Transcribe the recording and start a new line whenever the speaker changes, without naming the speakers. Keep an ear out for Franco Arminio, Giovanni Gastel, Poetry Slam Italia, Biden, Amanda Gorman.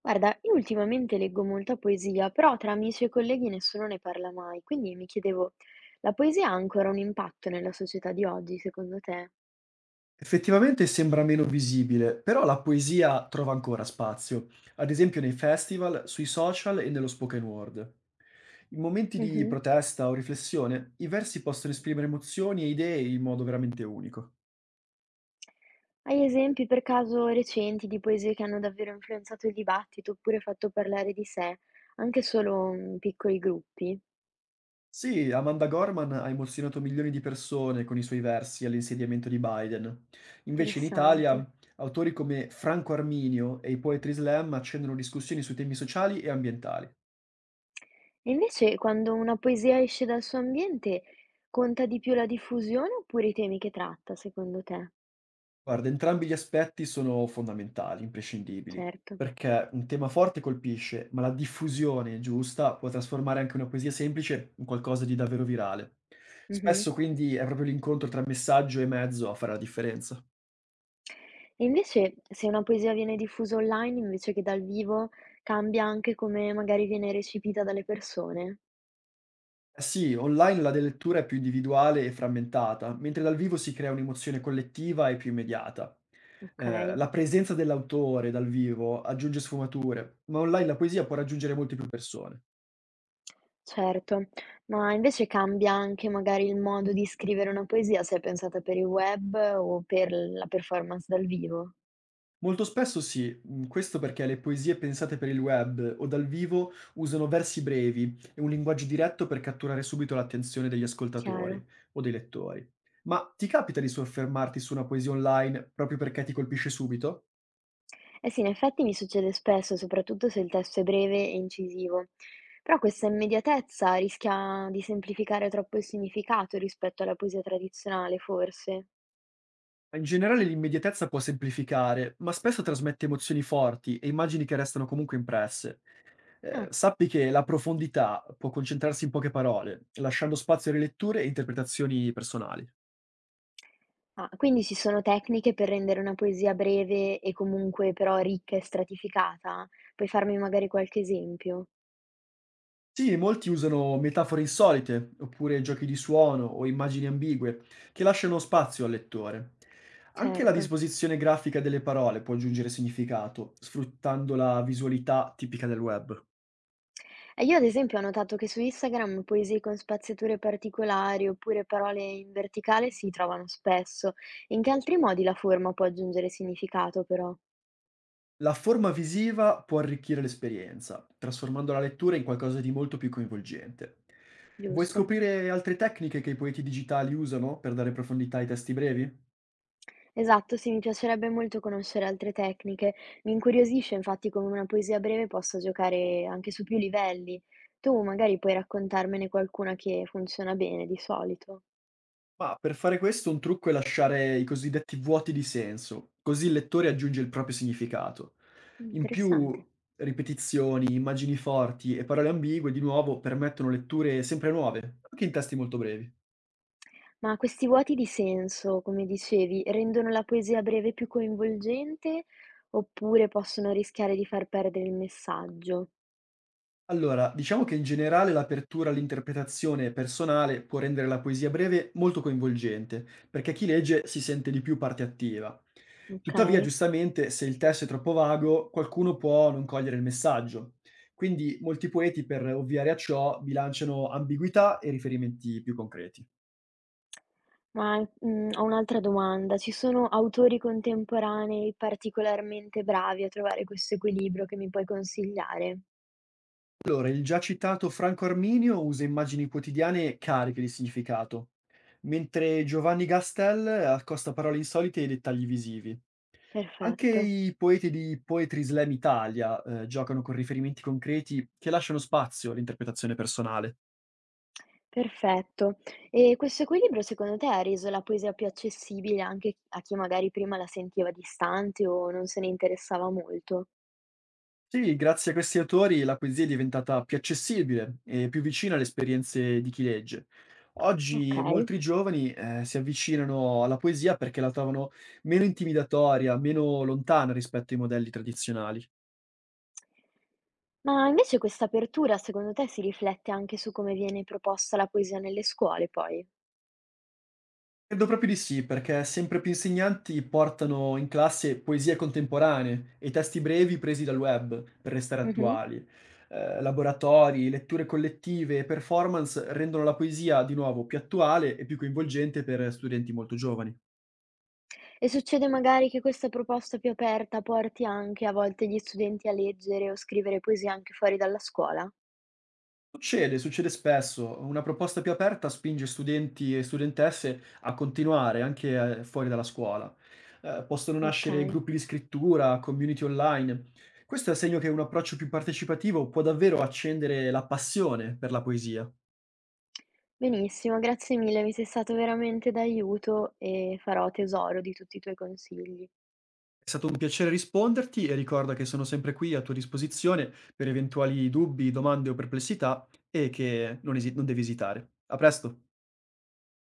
Guarda, io ultimamente leggo molta poesia, però tra amici e colleghi nessuno ne parla mai, quindi mi chiedevo, la poesia ha ancora un impatto nella società di oggi, secondo te?
Effettivamente sembra meno visibile, però la poesia trova ancora spazio, ad esempio nei festival, sui social e nello spoken word. In momenti di
Mhm.
protesta o riflessione, i versi possono esprimere emozioni e idee in modo veramente unico.
Hai esempi per caso recenti di poesie che hanno davvero influenzato il dibattito oppure fatto parlare di sé, anche solo in piccoli gruppi?
Sì, Amanda Gorman ha emozionato milioni di persone con i suoi versi all'insediamento di Biden. Invece in
Interessante.
Italia, autori come Franco Arminio e i Poetry Slam accendono discussioni su temi sociali e ambientali.
E invece, quando una poesia esce dal suo ambiente, conta di più la diffusione oppure i temi che tratta, secondo te?
Guarda, entrambi gli aspetti sono fondamentali, imprescindibili,
Certo.
perché un tema forte colpisce, ma la diffusione giusta può trasformare anche una poesia semplice in qualcosa di davvero virale.
Mhm.
Spesso quindi è proprio l'incontro tra messaggio e mezzo a fare la differenza.
E invece se una poesia viene diffusa online invece che dal vivo, cambia anche come magari viene recepita dalle persone?
Eh sì, online la lettura è più individuale e frammentata, mentre dal vivo si crea un'emozione collettiva e più immediata.
Okay,
La presenza dell'autore dal vivo aggiunge sfumature, ma online la poesia può raggiungere molte più persone.
certo. Ma invece cambia anche magari il modo di scrivere una poesia se è pensata per il web o per la performance dal vivo?
Molto spesso sì, questo perché le poesie pensate per il web o dal vivo usano versi brevi e un linguaggio diretto per catturare subito l'attenzione degli ascoltatori
Chiaro.
o dei lettori. Ma ti capita di soffermarti su una poesia online proprio perché ti colpisce subito?
Eh sì, in effetti mi succede spesso, soprattutto se il testo è breve e incisivo. Però questa immediatezza rischia di semplificare troppo il significato rispetto alla poesia tradizionale, forse.
In generale l'immediatezza può semplificare, ma spesso trasmette emozioni forti e immagini che restano comunque impresse.
Ah.
Sappi che la profondità può concentrarsi in poche parole, lasciando spazio a riletture e interpretazioni personali.
Ah, quindi ci sono tecniche per rendere una poesia breve e comunque però ricca e stratificata? Puoi farmi magari qualche esempio?
Sì, molti usano metafore insolite, oppure giochi di suono o immagini ambigue, che lasciano spazio al lettore. Anche la
Certo.
disposizione grafica delle parole può aggiungere significato, sfruttando la visualità tipica del web.
E io ad esempio ho notato che su Instagram poesie con spaziature particolari oppure parole in verticale si trovano spesso. In che altri modi la forma può aggiungere significato però,
La forma visiva può arricchire l'esperienza, trasformando la lettura in qualcosa di molto più coinvolgente. Vuoi
giusto?
scoprire altre tecniche che i poeti digitali usano per dare profondità ai testi brevi?
Esatto, sì, mi piacerebbe molto conoscere altre tecniche. Mi incuriosisce infatti come una poesia breve possa giocare anche su più livelli. Tu magari puoi raccontarmene qualcuna che funziona bene di solito.
Ma per fare questo un trucco è lasciare i cosiddetti vuoti di senso, così il lettore aggiunge il proprio significato. In più,
Interessante.
ripetizioni, immagini forti e parole ambigue di nuovo permettono letture sempre nuove, anche in testi molto brevi.
Ma questi vuoti di senso, come dicevi, rendono la poesia breve più coinvolgente oppure possono rischiare di far perdere il messaggio?
Allora, diciamo che in generale l'apertura all'interpretazione personale può rendere la poesia breve molto coinvolgente, perché chi legge si sente di più parte attiva.
Ok.
Tuttavia, giustamente, se il testo è troppo vago, qualcuno può non cogliere il messaggio. Quindi molti poeti, per ovviare a ciò, bilanciano ambiguità e riferimenti più concreti.
Ma, ho un'altra domanda. Ci sono autori contemporanei particolarmente bravi a trovare questo equilibrio che mi puoi consigliare?
Allora, il già citato Franco Arminio usa immagini quotidiane cariche di significato, mentre Giovanni Gastel accosta parole insolite e dettagli visivi. Anche
Perfetto,
i poeti di Poetry Slam Italia giocano con riferimenti concreti che lasciano spazio all'interpretazione personale.
perfetto. E questo equilibrio secondo te ha reso la poesia più accessibile anche a chi magari prima la sentiva distante o non se ne interessava molto?
Sì, grazie a questi autori la poesia è diventata più accessibile e più vicina alle esperienze di chi legge. Oggi
Okay.
molti giovani si avvicinano alla poesia perché la trovano meno intimidatoria, meno lontana rispetto ai modelli tradizionali.
Ma invece questa apertura secondo te si riflette anche su come viene proposta la poesia nelle scuole poi?
Credo proprio di sì, perché sempre più insegnanti portano in classe poesie contemporanee e testi brevi presi dal web per restare
Mh-mh.
attuali. Laboratori, letture collettive e performance rendono la poesia di nuovo più attuale e più coinvolgente per studenti molto giovani.
E succede magari che questa proposta più aperta porti anche a volte gli studenti a leggere o scrivere poesie anche fuori dalla scuola?
Succede, succede spesso. Una proposta più aperta spinge studenti e studentesse a continuare anche fuori dalla scuola. Possono nascere
Okay,
gruppi di scrittura, community online. Questo è segno che un approccio più partecipativo può davvero accendere la passione per la poesia.
benissimo, grazie mille, mi sei stato veramente d'aiuto e farò tesoro di tutti i tuoi consigli.
È stato un piacere risponderti e ricorda che sono sempre qui a tua disposizione per eventuali dubbi, domande o perplessità e che non devi esitare. A presto!